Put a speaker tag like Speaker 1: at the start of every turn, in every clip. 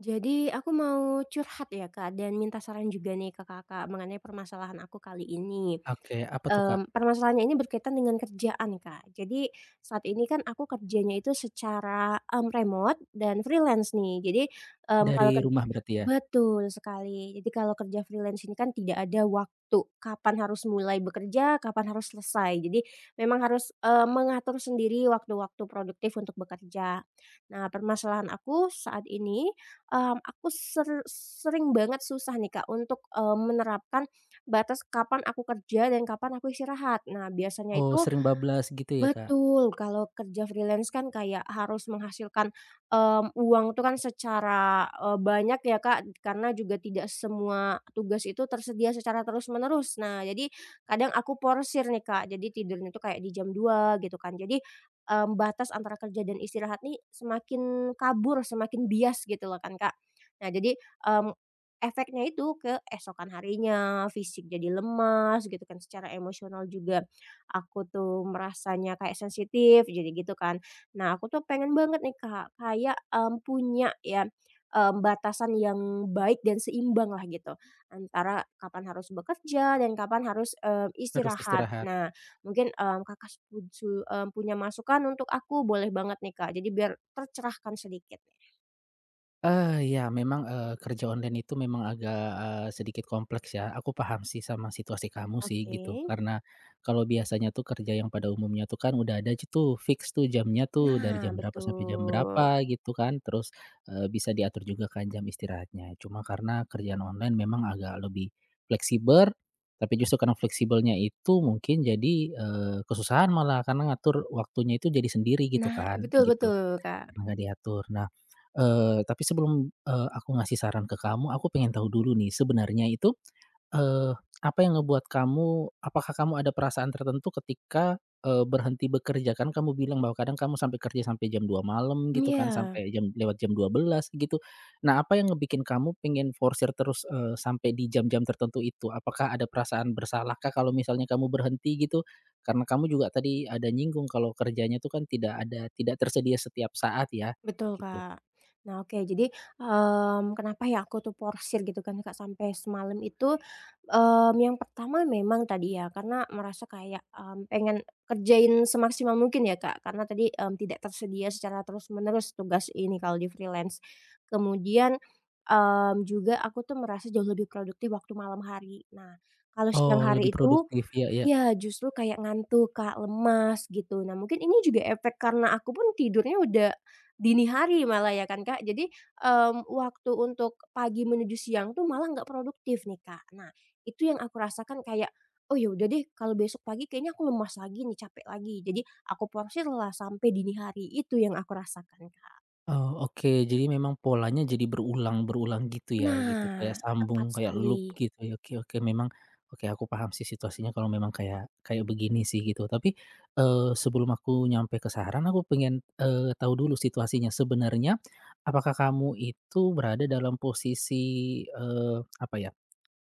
Speaker 1: Jadi aku mau curhat ya Kak dan minta saran juga nih ke Kakak mengenai permasalahan aku kali ini.
Speaker 2: Oke, apa tuh, Kak?
Speaker 1: Permasalahannya ini berkaitan dengan kerjaan Kak. Jadi saat ini kan aku kerjanya itu secara, remote dan freelance nih. Jadi, mmm,
Speaker 2: Dari
Speaker 1: kalau ker
Speaker 2: rumah berarti ya?
Speaker 1: Betul sekali. Jadi kalau kerja freelance ini kan tidak ada waktu, kapan harus mulai bekerja, kapan harus selesai. Jadi memang harus, mengatur sendiri waktu-waktu produktif untuk bekerja. Nah permasalahan aku saat ini mmm, aku ser sering banget susah nih, Kak, untuk, menerapkan batas kapan aku kerja dan kapan aku istirahat. Nah, biasanya
Speaker 2: Oh,
Speaker 1: itu.
Speaker 2: sering bablas gitu ya, Kak?
Speaker 1: Betul, kalau kerja freelance kan kayak harus menghasilkan, uang tuh kan secara, banyak ya, Kak, karena juga tidak semua tugas itu tersedia secara terus-menerus. Nah, jadi kadang aku porsir nih, Kak, jadi tidurnya tuh kayak di jam 2 gitu kan. Jadi, batas antara kerja dan istirahat nih semakin kabur, semakin bias gitu loh kan, Kak. Nah, jadi, mmm, efeknya itu ke esokan harinya, fisik jadi lemas gitu kan, secara emosional juga. Aku tuh merasanya kayak sensitif jadi gitu kan. Nah aku tuh pengen banget nih Kak, kayak, punya ya, batasan yang baik dan seimbang lah gitu, antara kapan harus bekerja dan kapan harus,
Speaker 2: Harus
Speaker 1: istirahat.
Speaker 2: istirahat.
Speaker 1: Nah mungkin, Kakak setuju, punya masukan untuk aku boleh banget nih Kak, jadi biar tercerahkan sedikit.
Speaker 2: Ya, memang, kerja online itu memang agak, sedikit kompleks ya. Aku paham sih sama situasi kamu sih
Speaker 1: Oke.
Speaker 2: gitu. Karena kalau biasanya tuh kerja yang pada umumnya tuh kan udah ada aja tuh fix tuh jamnya tuh dari
Speaker 1: Nah
Speaker 2: jam berapa sampai jam
Speaker 1: betul.
Speaker 2: berapa gitu kan. Terus, bisa diatur juga kan jam istirahatnya. Cuma karena kerjaan online memang agak lebih fleksibel, tapi justru karena fleksibelnya itu mungkin jadi, kesusahan malah karena ngatur waktunya itu jadi sendiri gitu
Speaker 1: Nah
Speaker 2: kan,
Speaker 1: betul
Speaker 2: gitu.
Speaker 1: betul Kak.
Speaker 2: Karena nggak diatur. Nah, tapi sebelum, aku ngasih saran ke kamu, aku pengen tahu dulu nih, sebenarnya itu, apa yang ngebuat kamu apakah kamu ada perasaan tertentu ketika, berhenti bekerja? Kan kamu bilang bahwa kadang kamu sampai kerja sampai jam 2 malam gitu kan,
Speaker 1: Iya.
Speaker 2: sampai jam lewat jam 12 gitu. Nah, apa yang ngebikin kamu pengen forsir terus, sampai di jam-jam tertentu itu? Apakah ada perasaan bersalahkah kalau misalnya kamu berhenti gitu? Karena kamu juga tadi ada nyinggung kalau kerjanya tuh kan tidak ada tidak tersedia setiap saat ya,
Speaker 1: Betul,
Speaker 2: gitu.
Speaker 1: Kak. Nah, oke. Jadi, kenapa ya aku tuh porsir gitu kan, Kak, sampai semalam itu, yang pertama memang tadi ya, karena merasa kayak, pengen kerjain semaksimal mungkin ya, Kak, karena tadi, tidak tersedia secara terus-menerus tugas ini kalau di freelance. Kemudian, juga aku tuh merasa jauh lebih produktif waktu malam hari. Nah, kalau siang
Speaker 2: Oh, lebih
Speaker 1: hari itu.
Speaker 2: produktif, ya, ya.
Speaker 1: Iya, justru kayak ngantuk, Kak, lemas gitu. Nah, mungkin ini juga efek karena aku pun tidurnya udah dini hari malah ya kan, Kak. Jadi, waktu untuk pagi menuju siang tuh malah nggak produktif nih, Kak. Nah, itu yang aku rasakan kayak, "Oh, ya udah deh kalau besok pagi kayaknya aku lemas lagi nih, capek lagi." Jadi aku porsirlah sampai dini hari, itu yang aku rasakan, Kak.
Speaker 2: Oh, oke. Jadi memang polanya jadi berulang-berulang gitu ya, gitu.
Speaker 1: Nah,
Speaker 2: Kayak
Speaker 1: tepat
Speaker 2: sambung, kayak loop
Speaker 1: sekali.
Speaker 2: gitu ya. Oke, oke, memang oke aku paham sih situasinya kalau memang kayak kayak begini sih gitu. Tapi, sebelum aku nyampe ke saran, aku pengen, tahu dulu situasinya. Sebenarnya apakah kamu itu berada dalam posisi, apa ya.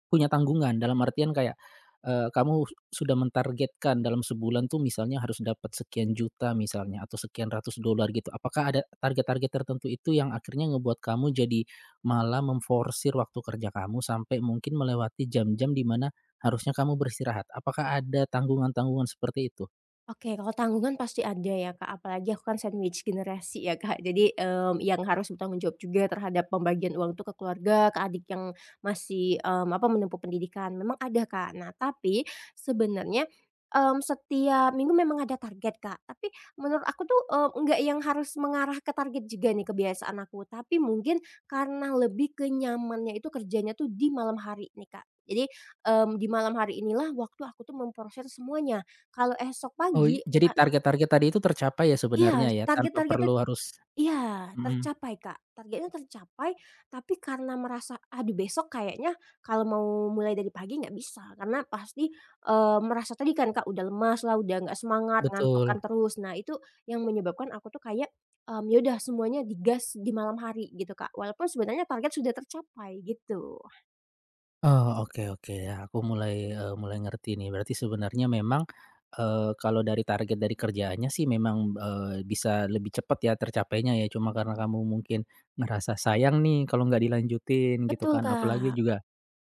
Speaker 2: Punya tanggungan dalam artian kayak, kamu sudah mentargetkan dalam sebulan tuh misalnya harus dapat sekian juta misalnya atau sekian ratus dolar gitu. Apakah ada target-target tertentu itu yang akhirnya ngebuat kamu jadi malah memforsir waktu kerja kamu sampai mungkin melewati jam-jam di mana harusnya kamu beristirahat? Apakah ada tanggungan-tanggungan seperti itu?
Speaker 1: Oke, kalau tanggungan pasti ada ya, Kak, apalagi aku kan sandwich generasi ya, Kak. Jadi, yang harus bertanggung jawab juga terhadap pembagian uang itu ke keluarga, ke adik yang masih, apa, menempuh pendidikan, memang ada, Kak. Nah, tapi sebenarnya, setiap minggu memang ada target, Kak, tapi menurut aku tuh, enggak yang harus mengarah ke target juga nih kebiasaan aku, tapi mungkin karena lebih kenyamannya itu kerjanya tuh di malam hari nih, Kak. Jadi, di malam hari inilah waktu aku tuh memproses semuanya. Kalau esok
Speaker 2: Oh,
Speaker 1: pagi
Speaker 2: jadi
Speaker 1: a
Speaker 2: target-target tadi itu tercapai ya
Speaker 1: iya,
Speaker 2: sebenarnya ya tanpa
Speaker 1: target-targetnya
Speaker 2: perlu harus.
Speaker 1: iya,
Speaker 2: Mhm,
Speaker 1: tercapai, Kak. Targetnya tercapai, tapi karena merasa, "Aduh, besok kayaknya kalau mau mulai dari pagi nggak bisa." Karena pasti, merasa tadi kan, Kak, udah lemas lah, udah nggak semangat, ngantukan
Speaker 2: betul.
Speaker 1: terus. Nah, itu yang menyebabkan aku tuh kayak, ya udah semuanya digas di malam hari gitu, Kak. Walaupun sebenarnya target sudah tercapai, gitu.
Speaker 2: Oh, oke, oke. Ya, aku mulai ngerti nih. Berarti sebenarnya memang, kalau dari target dari kerjaannya sih memang, bisa lebih cepat ya tercapainya ya, cuma karena kamu mungkin ngerasa sayang nih kalau nggak dilanjutin gitu
Speaker 1: Betul,
Speaker 2: kan. Apalagi
Speaker 1: Kak.
Speaker 2: juga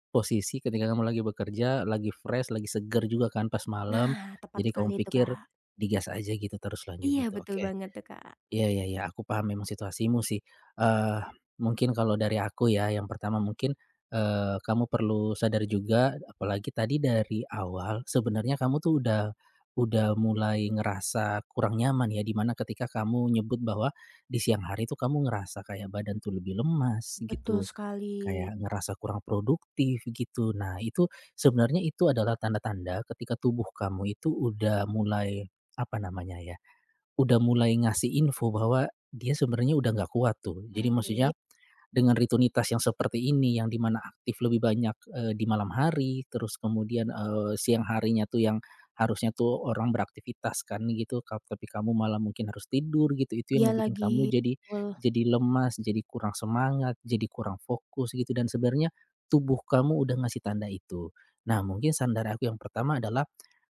Speaker 2: posisi ketika kamu lagi bekerja, lagi fresh, lagi seger juga kan pas malam,
Speaker 1: Nah, tepat
Speaker 2: jadi
Speaker 1: sekali
Speaker 2: kamu
Speaker 1: itu,
Speaker 2: pikir
Speaker 1: Kak.
Speaker 2: digas aja gitu terus lanjut
Speaker 1: Iya,
Speaker 2: gitu,
Speaker 1: betul
Speaker 2: oke.
Speaker 1: banget tuh, Kak.
Speaker 2: Iya, iya, iya, aku paham memang situasimu sih. Eee, mungkin kalau dari aku ya, yang pertama mungkin, kamu perlu sadar juga, apalagi tadi dari awal, sebenarnya kamu tuh udah mulai ngerasa kurang nyaman ya, di mana ketika kamu nyebut bahwa di siang hari tuh kamu ngerasa kayak badan tuh lebih lemas
Speaker 1: Betul
Speaker 2: gitu,
Speaker 1: sekali.
Speaker 2: kayak ngerasa kurang produktif gitu. Nah, itu sebenarnya itu adalah tanda-tanda ketika tubuh kamu itu udah mulai, apa namanya ya, udah mulai ngasih info bahwa dia sebenarnya udah nggak kuat tuh. Jadi maksudnya
Speaker 1: Oke.
Speaker 2: dengan rutinitas yang seperti ini yang dimana aktif lebih banyak, di malam hari, terus kemudian, siang harinya tuh yang harusnya tuh orang beraktivitas kan gitu, tapi kamu malah mungkin harus tidur gitu, itu yang
Speaker 1: Dia
Speaker 2: ngebikin kamu
Speaker 1: lagi
Speaker 2: jadi
Speaker 1: full.
Speaker 2: jadi lemas, jadi kurang semangat, jadi kurang fokus gitu dan sebenarnya tubuh kamu udah ngasih tanda itu. Nah mungkin sandar aku yang pertama adalah,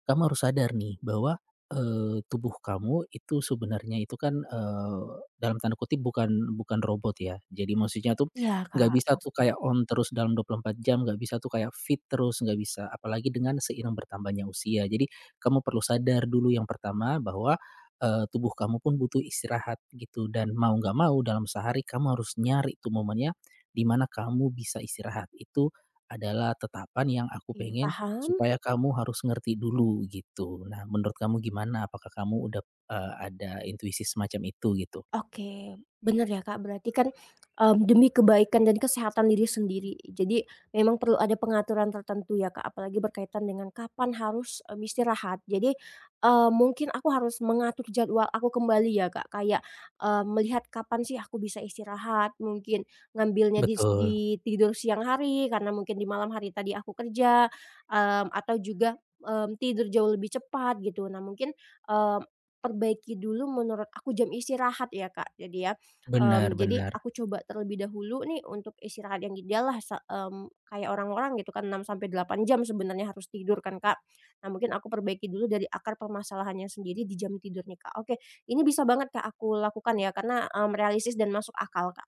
Speaker 2: kamu harus sadar nih bahwa tubuh kamu itu sebenarnya itu kan, dalam tanda kutip bukan bukan robot ya. Jadi maksudnya tuh
Speaker 1: Iya,
Speaker 2: nggak
Speaker 1: Kak,
Speaker 2: bisa tuh
Speaker 1: pasti.
Speaker 2: kayak on terus dalam 24 jam, nggak bisa tuh kayak fit terus, nggak bisa. Apalagi dengan seiring bertambahnya usia. Jadi kamu perlu sadar dulu yang pertama bahwa, tubuh kamu pun butuh istirahat gitu dan mau nggak mau dalam sehari kamu harus nyari tuh momennya di mana kamu bisa istirahat. Itu adalah tetapan yang aku
Speaker 1: Oke,
Speaker 2: pengen.
Speaker 1: paham.
Speaker 2: Supaya kamu harus ngerti dulu gitu. Nah, menurut kamu gimana? Apakah kamu udah, ada intuisi semacam itu gitu?
Speaker 1: Oke, bener ya Kak, berarti kan, demi kebaikan dan kesehatan diri sendiri. Jadi memang perlu ada pengaturan tertentu ya Kak, apalagi berkaitan dengan kapan harus, istirahat. Jadi, mungkin aku harus mengatur jadwal aku kembali ya Kak, kayak, melihat kapan sih aku bisa istirahat, mungkin ngambilnya
Speaker 2: Betul,
Speaker 1: di tidur siang hari karena mungkin di malam hari tadi aku kerja, atau juga, tidur jauh lebih cepat gitu. Nah mungkin, mmm Perbaiki dulu menurut aku jam istirahat ya, Kak, jadi ya,
Speaker 2: benar,
Speaker 1: jadi
Speaker 2: benar.
Speaker 1: aku coba terlebih dahulu nih untuk istirahat yang ideal lah kayak orang-orang gitu kan 6 sampai 8 jam sebenarnya harus tidur kan, Kak. Nah mungkin aku perbaiki dulu dari akar permasalahannya sendiri di jam tidur nih, Kak. Oke, ini bisa banget, Kak, aku lakukan ya karena, realistis dan masuk akal, Kak.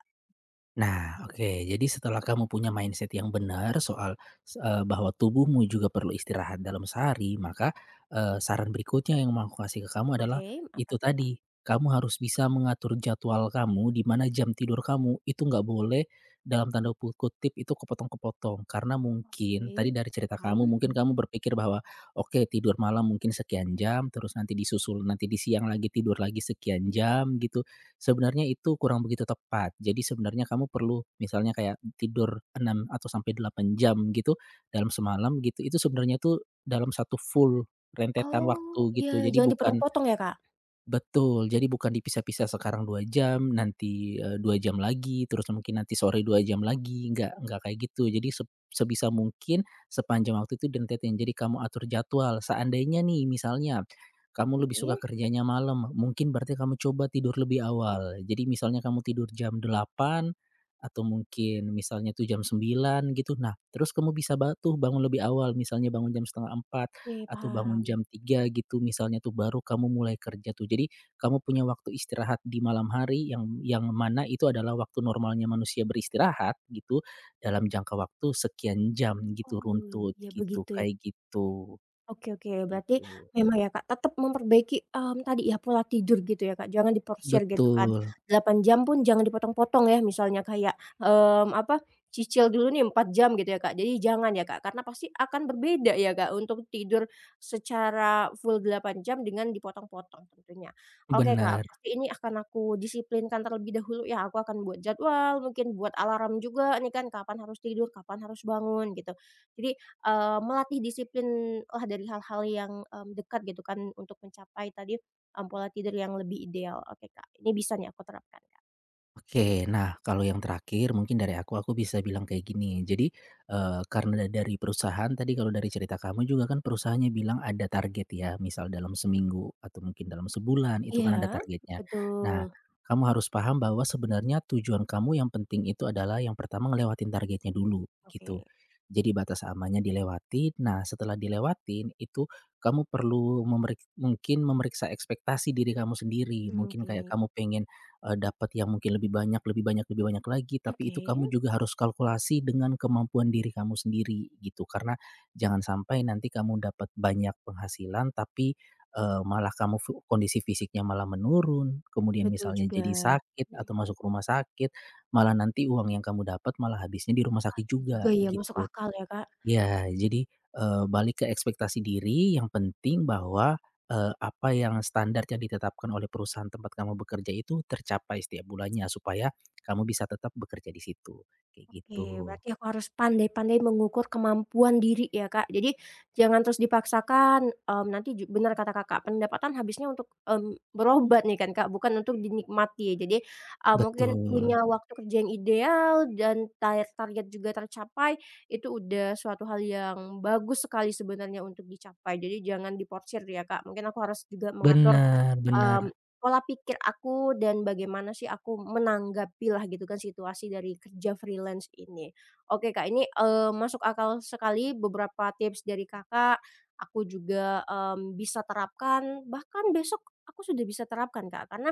Speaker 2: Nah, oke. Jadi setelah kamu punya mindset yang benar soal bahwa tubuhmu juga perlu istirahat dalam sehari, maka, saran berikutnya yang mau aku kasih ke kamu
Speaker 1: Oke,
Speaker 2: adalah
Speaker 1: apa
Speaker 2: itu
Speaker 1: tuh, Kak?
Speaker 2: tadi, kamu harus bisa mengatur jadwal kamu di mana jam tidur kamu itu nggak boleh dalam tanda kutip itu "kepotong-kepotong." Karena mungkin
Speaker 1: Oke,
Speaker 2: tadi dari cerita
Speaker 1: paham,
Speaker 2: kamu, mungkin
Speaker 1: mhm.
Speaker 2: kamu berpikir bahwa, "Oke, tidur malam mungkin sekian jam, terus nanti disusul nanti di siang lagi tidur lagi sekian jam," gitu sebenarnya itu kurang begitu tepat. Jadi sebenarnya kamu perlu misalnya kayak tidur 6 atau sampai 8 jam gitu dalam semalam gitu, itu sebenarnya tuh dalam satu full rentetan
Speaker 1: Oh,
Speaker 2: waktu
Speaker 1: iya
Speaker 2: gitu. Jadi
Speaker 1: jangan
Speaker 2: bukan.
Speaker 1: dipotong-potong ya, Kak?
Speaker 2: Betul, jadi bukan dipisah-pisah sekarang 2 jam, nanti, 2 jam lagi, terus mungkin nanti sore 2 jam lagi, nggak kayak gitu. Jadi sebisa mungkin sepanjang waktu itu ditentetin. Jadi kamu atur jadwal, seandainya nih misalnya kamu lebih suka
Speaker 1: Oke,
Speaker 2: kerjanya malam, mungkin berarti kamu coba tidur lebih awal. Jadi misalnya kamu tidur jam 8 atau mungkin misalnya tuh jam 9 gitu. Nah, terus kamu bisa bangun lebih awal, misalnya bangun jam setengah empat
Speaker 1: oke
Speaker 2: atau bangun
Speaker 1: paham.
Speaker 2: jam 3 gitu misalnya tuh baru kamu mulai kerja tuh. Jadi kamu punya waktu istirahat di malam hari yang mana itu adalah waktu normalnya manusia beristirahat gitu, dalam jangka waktu sekian jam gitu
Speaker 1: Oh,
Speaker 2: runtut
Speaker 1: ya
Speaker 2: gitu,
Speaker 1: begitu ya.
Speaker 2: kayak gitu,
Speaker 1: Oke oke, berarti
Speaker 2: gitu.
Speaker 1: memang ya Kak, tetap memperbaiki, tadi ya pola tidur gitu ya Kak, jangan diporsir gitu
Speaker 2: Betul,
Speaker 1: kan, 8 jam pun jangan dipotong-potong ya misalnya kayak, apa, cicil dulu nih 4 jam gitu ya Kak, jadi jangan ya Kak, karena pasti akan berbeda ya Kak, untuk tidur secara full 8 jam dengan dipotong-potong tentunya. Oke Kak,
Speaker 2: benar.
Speaker 1: pasti ini akan aku disiplinkan terlebih dahulu ya, aku akan buat jadwal, mungkin buat alarm juga nih kan, kapan harus tidur, kapan harus bangun gitu. Jadi, melatih disiplin lah dari hal-hal yang, dekat gitu kan untuk mencapai tadi, pola tidur yang lebih ideal. Oke, Kak, ini bisa nih aku terapkan, Kak.
Speaker 2: Oke, nah kalau yang terakhir mungkin dari aku, bisa bilang kayak gini. Jadi, karena dari perusahaan tadi kalau dari cerita kamu juga kan perusahaannya bilang ada target ya, misal dalam seminggu atau mungkin dalam sebulan itu kan ada
Speaker 1: Iya?
Speaker 2: targetnya. Nah,
Speaker 1: Betul,
Speaker 2: kamu harus paham bahwa sebenarnya tujuan kamu yang penting itu adalah yang pertama ngelewatin targetnya dulu, gitu.
Speaker 1: oke.
Speaker 2: Jadi batas amannya dilewati, nah setelah dilewatin itu kamu perlu mungkin memeriksa ekspektasi diri kamu sendiri. Mungkin kayak
Speaker 1: Oke
Speaker 2: kamu pengen dapat yang mungkin lebih banyak, lebih banyak, lebih banyak lagi, tapi itu
Speaker 1: oke,
Speaker 2: kamu juga harus kalkulasi dengan kemampuan diri kamu sendiri gitu. Karena jangan sampai nanti kamu dapat banyak penghasilan tapi, malah kamu kondisi fisiknya malah menurun, kemudian
Speaker 1: betul
Speaker 2: misalnya
Speaker 1: juga.
Speaker 2: jadi sakit
Speaker 1: Mhm.
Speaker 2: atau masuk rumah sakit, malah nanti uang yang kamu dapat malah habisnya di rumah
Speaker 1: Wah,
Speaker 2: sakit
Speaker 1: iya
Speaker 2: juga
Speaker 1: juga ya, masuk
Speaker 2: gitu.
Speaker 1: akal ya, Kak.
Speaker 2: Ya, jadi, balik ke ekspektasi diri, yang penting bahwa, apa yang standar yang ditetapkan oleh perusahaan tempat kamu bekerja itu tercapai setiap bulannya, supaya kamu bisa tetap bekerja di situ, kayak
Speaker 1: Oke,
Speaker 2: gitu.
Speaker 1: berarti aku harus pandai-pandai mengukur kemampuan diri ya, Kak. Jadi jangan terus dipaksakan, nanti bener kata Kakak, pendapatan habisnya untuk, berobat nih kan, Kak, bukan untuk dinikmati. Ya. Jadi, mungkin
Speaker 2: Betul,
Speaker 1: punya waktu kerja yang ideal dan target juga tercapai, itu udah suatu hal yang bagus sekali sebenarnya untuk dicapai. Jadi jangan diporsir ya, Kak. Mungkin aku harus juga mengatur
Speaker 2: benar, benar.
Speaker 1: Mmm, pola pikir aku dan bagaimana sih aku menanggapilah gitu kan situasi dari kerja freelance ini. Oke Kak, ini, masuk akal sekali beberapa tips dari Kakak, aku juga, bisa terapkan, bahkan besok aku sudah bisa terapkan Kak, karena,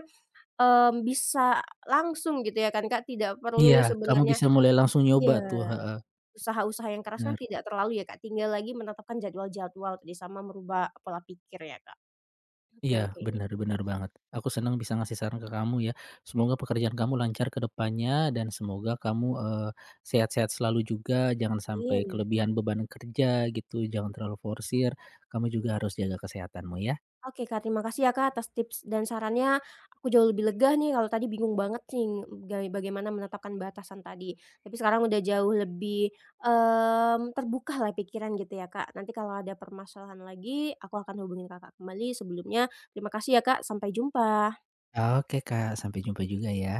Speaker 1: mmm, bisa langsung gitu ya kan Kak, tidak
Speaker 2: Iya,
Speaker 1: perlu
Speaker 2: kamu
Speaker 1: sebenarnya
Speaker 2: bisa mulai langsung nyoba
Speaker 1: iya,
Speaker 2: tuh, heeh,
Speaker 1: usaha-usaha yang keras kan
Speaker 2: nah.
Speaker 1: tidak terlalu ya Kak, tinggal lagi menetapkan jadwal-jadwal tadi sama merubah pola pikir ya Kak. Oke
Speaker 2: Iya,
Speaker 1: oke,
Speaker 2: benar-benar banget. Aku senang bisa ngasih saran ke kamu ya. Semoga pekerjaan kamu lancar ke depannya dan semoga kamu, sehat-sehat selalu juga, jangan sampai
Speaker 1: amin.
Speaker 2: kelebihan beban kerja gitu, jangan terlalu forsir, kamu juga harus jaga kesehatanmu ya.
Speaker 1: Oke Kak, terima kasih ya Kak atas tips dan sarannya. Aku jauh lebih lega nih kalau tadi bingung banget nih ga bagaimana menetapkan batasan tadi. Tapi sekarang udah jauh lebih, terbuka lah pikiran gitu ya Kak. Nanti kalau ada permasalahan lagi, aku akan hubungin Kakak kembali. Sebelumnya terima kasih ya Kak, sampai jumpa.
Speaker 2: Oke Kak, sampai jumpa juga ya.